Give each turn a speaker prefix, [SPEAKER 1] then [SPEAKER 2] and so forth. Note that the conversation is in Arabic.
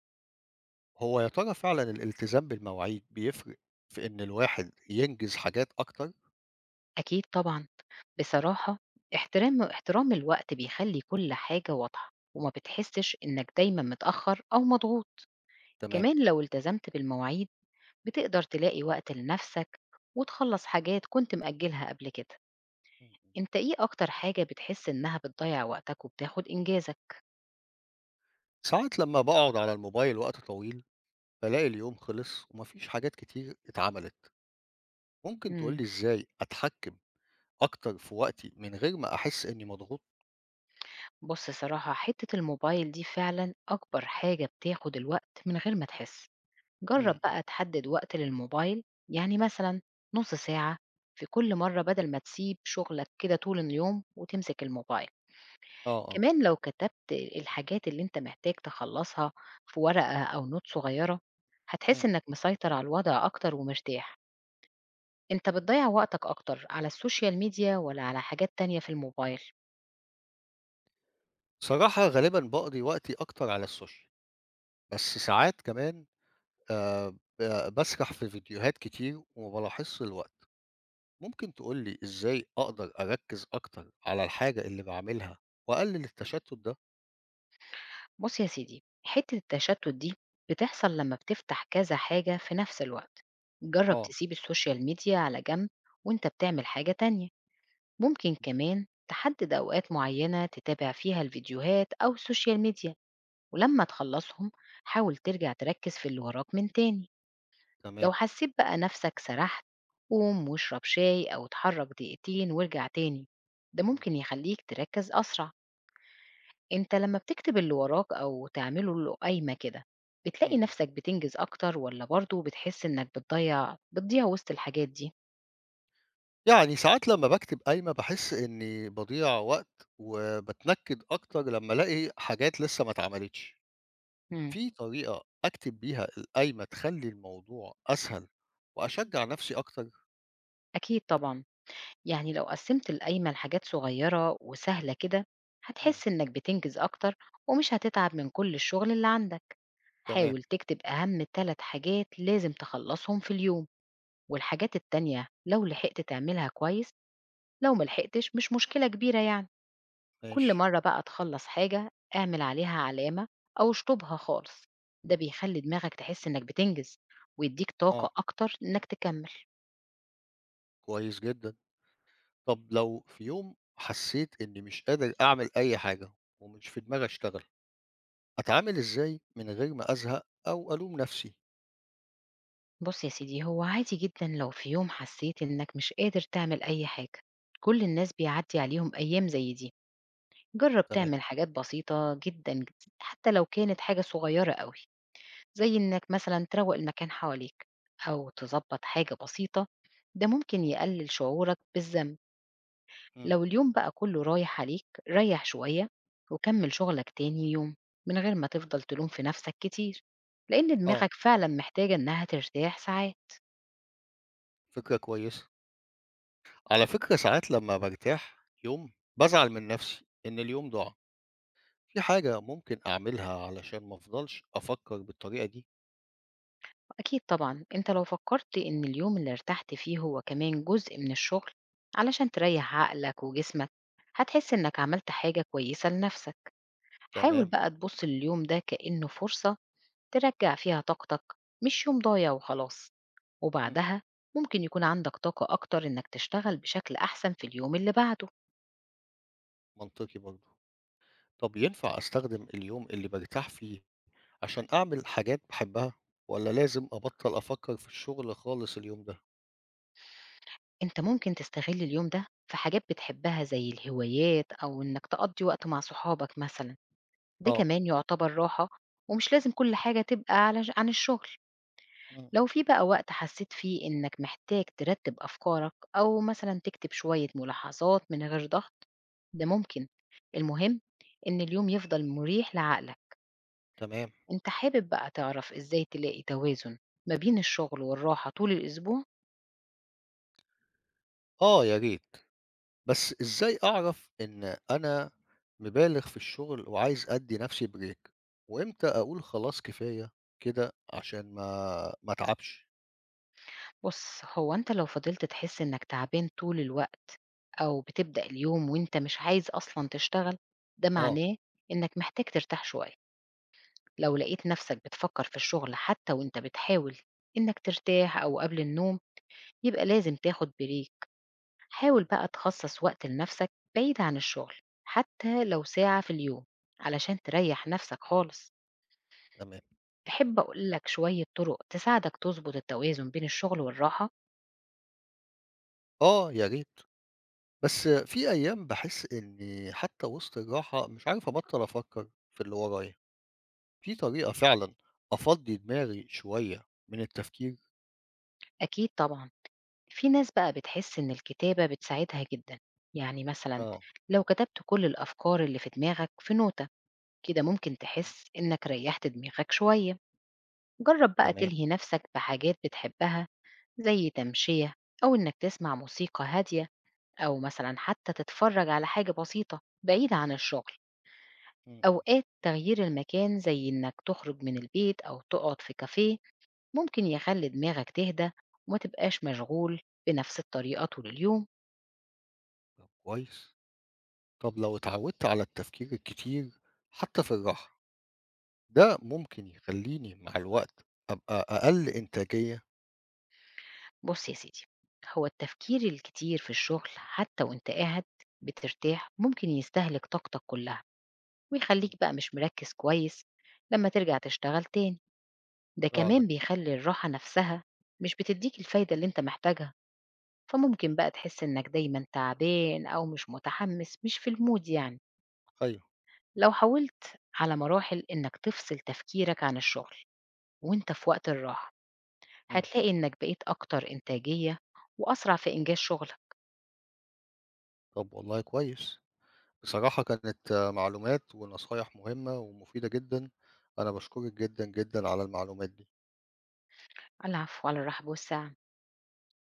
[SPEAKER 1] هو يا ترى فعلًا الالتزام بالمواعيد بيفرق في إن الواحد ينجز حاجات أكتر؟
[SPEAKER 2] أكيد طبعًا. بصراحة احترام الوقت بيخلّي كل حاجة واضحة، وما بتحسّش إنّك دايمًا متأخّر أو مضغوط.
[SPEAKER 1] تمام.
[SPEAKER 2] كمان لو التزمت بالمواعيد، بتقدر تلاقي وقت لنَفْسك وتخلّص حاجات كنت مأجّلها قبل كده.
[SPEAKER 1] إمم، إمم.
[SPEAKER 2] أنت إيه أكتر حاجة بتحس إنّها بتضيّع وقتك وبتاخُد إنجازك؟
[SPEAKER 1] ساعات لمّا باقعد على الموبايل وقت طويل، بالاقي اليوم خلص وما فيش حاجات كتير اتعملت. ممكن تقول لي
[SPEAKER 2] إمم.
[SPEAKER 1] إزاي أتحكم أكتر في وقتي من غير ما أحس إني مضغوط؟
[SPEAKER 2] بُص صراحة حتّة الموبايل دي فعلًا أكبر حاجة بتاخُد الوقت من غير ما تحس. جرب
[SPEAKER 1] إمم، إمم.
[SPEAKER 2] بقى تحدد وقت للموبايل يعني مثلا نص ساعة في كل مرة بدل ما تسيب شغلك كده طول اليوم وتمسك الموبايل.
[SPEAKER 1] آه، آه.
[SPEAKER 2] كمان لو كتبت الحاجات اللي انت محتاج تخلصها في ورقة أو نوت صغيرة هتحس
[SPEAKER 1] إمم.
[SPEAKER 2] انك مسيطر على الوضع أكتر ومرتاح. انت بتضيع وقتك أكتر على السوشيال ميديا ولا على حاجات تانية في الموبايل؟
[SPEAKER 1] صراحة غالبًا باقضي وقتي أكتر على السوشيال، بس ساعات كمان ب باسرح في فيديوهات كتير وما بالاحظش الوقت. ممكن تقولي إزاي أقدر أركز أكتر على الحاجة اللي بعملها وأقلل التشتت ده؟
[SPEAKER 2] بص يا سيدي حتة التشتت دي بتحصل لما بتفتح كذا حاجة في نفس الوقت. جرب
[SPEAKER 1] آه.
[SPEAKER 2] تسيب السوشيال ميديا على جنب وانت بتعمل حاجة تانية. ممكن كمان تحدد أوقات معينة تتابع فيها الفيديوهات أو السوشيال ميديا، ولما تخلصهم حاول ترجع تركز في اللي وراك من تاني. لو
[SPEAKER 1] تمام.
[SPEAKER 2] حسيت بقى نفسك سرحت قوم واشرب شاي أو اتحرك دقيقتين وارجع تاني، ده
[SPEAKER 1] مم.
[SPEAKER 2] ممكن يخليك تركز أسرع. أنت لمّا بتكتب اللي وراك أو تعمله له قايمة كده،
[SPEAKER 1] مم.
[SPEAKER 2] بتلاقي نفسك بتنجز أكتر والّا برضه بتحس إنك بتضيع وسط الحاجات دي؟
[SPEAKER 1] يعني ساعات لما بكتب قايمة بحس إني بضيع وقت وبتنكد أكتر لما ألاقي حاجات لسه ما اتعملتش.
[SPEAKER 2] إمم،
[SPEAKER 1] في طريقة أكتب بيها القايمة تخلي الموضوع أسهل وأشجع نفسي أكتر؟
[SPEAKER 2] أكيد طبعًا، يعني لو قسّمت القايمة لحاجات صغيرة وسهلة كده،
[SPEAKER 1] مم.
[SPEAKER 2] هتحس إنك بتنجز أكتر ومش هتتعب من كل الشغل اللي عندك.
[SPEAKER 1] تمام.
[SPEAKER 2] حاول تكتب أهم 3 حاجات لازم تخلّصهم في اليوم، والحاجات التانية لو لحقت تعملها كويس، لو ما لحقتش مش مشكلة كبيرة يعني. كل
[SPEAKER 1] ماشي.
[SPEAKER 2] مرة بقى تخلّص حاجة، اعمل عليها علامة أو اشطبها خالص، ده بيخلّي دماغك تحس إنك بتنجز، ويدّيك
[SPEAKER 1] آه،
[SPEAKER 2] طاقة أكتر إنك تكمّل.
[SPEAKER 1] كويس جدا. طب لو في يوم حسيت إني مش قادر أعمل أي حاجة ومش في دماغي أشتغل أتعامل إزاي من غير ما أزهق أو ألوم نفسي؟
[SPEAKER 2] بُص يا سيدي، هو عادي جدًا لو في يوم حسّيت إنك مش قادر تعمل أي حاجة، كل الناس بيعدّي عليهم أيام زي دي. جرّب
[SPEAKER 1] تمام.
[SPEAKER 2] تعمل حاجات بسيطة جدًا، ج حتى لو كانت حاجة صغيّرة أوي، زي إنك مثلًا تروّق المكان حواليك أو تضبّط حاجة بسيطة، ده ممكن يقلل شعورك بالذنب.
[SPEAKER 1] إمم،
[SPEAKER 2] لو
[SPEAKER 1] إمم.
[SPEAKER 2] اليوم بقى كله رايح عليك ريح شوية وكمل شغلك تاني يوم من غير ما تفضل تلوم في نفسك كتير، لأن
[SPEAKER 1] آه،
[SPEAKER 2] دماغك فعلا محتاجة إنها ترتاح ساعات.
[SPEAKER 1] فكرة كويسة. على فكرة ساعات لمّا بارتاح يوم، بازعل من نفسي إن اليوم ضاع. في حاجة ممكن أعملها علشان ما أفضلش أفكر بالطريقة دي؟
[SPEAKER 2] أكيد طبعا، أنت لو فكرت إن اليوم اللي ارتحت فيه هو كمان جزء من الشغل علشان تريح عقلك وجسمك، هتحس إنك عملت حاجة كويسة لنفسك. حاول
[SPEAKER 1] تمام.
[SPEAKER 2] بقى تبص لليوم ده كأنه فرصة ترجّع فيها طاقتك، مش يوم ضايع وخلاص.
[SPEAKER 1] إمم،
[SPEAKER 2] وبعدها ممكن يكون عندك طاقة أكتر إنّك تشتغل بشكل أحسن في اليوم اللي بعده.
[SPEAKER 1] منطقي برضه. طب ينفع أستخدم اليوم اللي بارتاح فيه عشان أعمل حاجات باحبها، والّا لازم أبطّل أفكر في الشغل خالص اليوم ده؟
[SPEAKER 2] أنت ممكن تستغل اليوم ده في حاجات بتحبها زي الهوايات أو إنّك تقضّي وقت مع صحابك مثلًا، ده
[SPEAKER 1] آه.
[SPEAKER 2] كمان يُعتبر راحة ومش لازم كل حاجة تبقى على ش عن الشغل.
[SPEAKER 1] إمم، إمم.
[SPEAKER 2] لو في بقى وقت حسّيت فيه إنّك محتاج ترتّب أفكارك أو مثلًا تكتب شوية ملاحظات من غير ضغط، ده ممكن، المهم إن اليوم يفضل مُريح لعقلك.
[SPEAKER 1] تمام.
[SPEAKER 2] أنت حابب بقى تعرف إزاي تلاقي توازن ما بين الشغل والراحة طول الأسبوع؟
[SPEAKER 1] آه، يا ريت. بس إزاي أعرف إن أنا مبالغ في الشغل وعايز أدّي نَفْسي بريك، وإمتى أقول خلاص كفاية كده عشان ما أتعبش؟
[SPEAKER 2] بُص، هو أنت لو فضلت تحس إنك تعبان طول الوقت أو بتبدأ اليوم وأنت مش عايز أصلًا تشتغل، ده
[SPEAKER 1] آه.
[SPEAKER 2] معناه إنك محتاج ترتاح شوية. لو
[SPEAKER 1] إمم،
[SPEAKER 2] لقيت نفسك بتفكر في الشغل حتى وأنت بتحاول إنك ترتاح أو قبل النوم، يبقى لازم تاخد بريك. حاول
[SPEAKER 1] إمم،
[SPEAKER 2] بقى تخصص وقت لنفسك بعيد عن الشغل، حتى لو ساعة في اليوم علشان تريح نفسك خالص.
[SPEAKER 1] تمام. تمام.
[SPEAKER 2] تحب أقول لك شوية طرق تساعدك تضبط التوازن بين الشغل والراحة؟
[SPEAKER 1] آه، يا ريت. بس في أيام باحس إنّي حتّى وسط الراحة مش عارف أبطّل أفكّر في اللي ورايا، في طريقة فعلًا أفضّي دماغي شوية من التفكير؟
[SPEAKER 2] أكيد طبعًا، في ناس بقى بتحس إن الكتابة بتساعدها جدًا، يعني مثلًا
[SPEAKER 1] آه.
[SPEAKER 2] لو كتبت كل الأفكار اللي في دماغك في نوتة، كده ممكن
[SPEAKER 1] إمم.
[SPEAKER 2] تحس إنك ريحت دماغك شوية. جرب بقى
[SPEAKER 1] تمام.
[SPEAKER 2] تلهي نفسك بحاجات بتحبها زي تمشية أو إنك تسمع موسيقى هادية أو مثلًا حتى تتفرج على حاجة بسيطة بعيدة عن الشغل.
[SPEAKER 1] إمم، إمم.
[SPEAKER 2] أوقات تغيير المكان زي إنك تخرج من البيت أو تقعد في كافيه ممكن يخلي دماغك تهدى وما تبقاش مشغول بنفس الطريقة طول اليوم.
[SPEAKER 1] طب كويس. طب لو اتعوّدت على التفكير الكتير حتّى في الراحة ده ممكن يخلّيني مع الوقت أبقى أقل إنتاجية.
[SPEAKER 2] بص يا سيدي، هو التفكير الكتير في الشغل حتى وانت قاعد بترتاح ممكن يستهلك طاقتك كلها ويخليك بقى مش مركز كويس لما ترجع تشتغل تاني. ده
[SPEAKER 1] فعلًا،
[SPEAKER 2] كمان بيخلي الراحة نفسها مش بتديك الفايدة اللي انت محتاجها، فممكن بقى تحس انك دايما تعبان او مش متحمس مش في المود يعني.
[SPEAKER 1] أيوه،
[SPEAKER 2] لو حاولت على مراحل انك تفصل تفكيرك عن الشغل وانت في وقت الراحة،
[SPEAKER 1] إمم.
[SPEAKER 2] هتلاقي إنك بقيت أكتر إنتاجية وأسرع في إنجاز شغلك.
[SPEAKER 1] طب والله كويس. بصراحة كانت معلومات ونصايح مهمة ومفيدة جدًا، أنا باشكرِك جدًا، جدًا على المعلومات دي.
[SPEAKER 2] على العفو، على الرحب والسعة.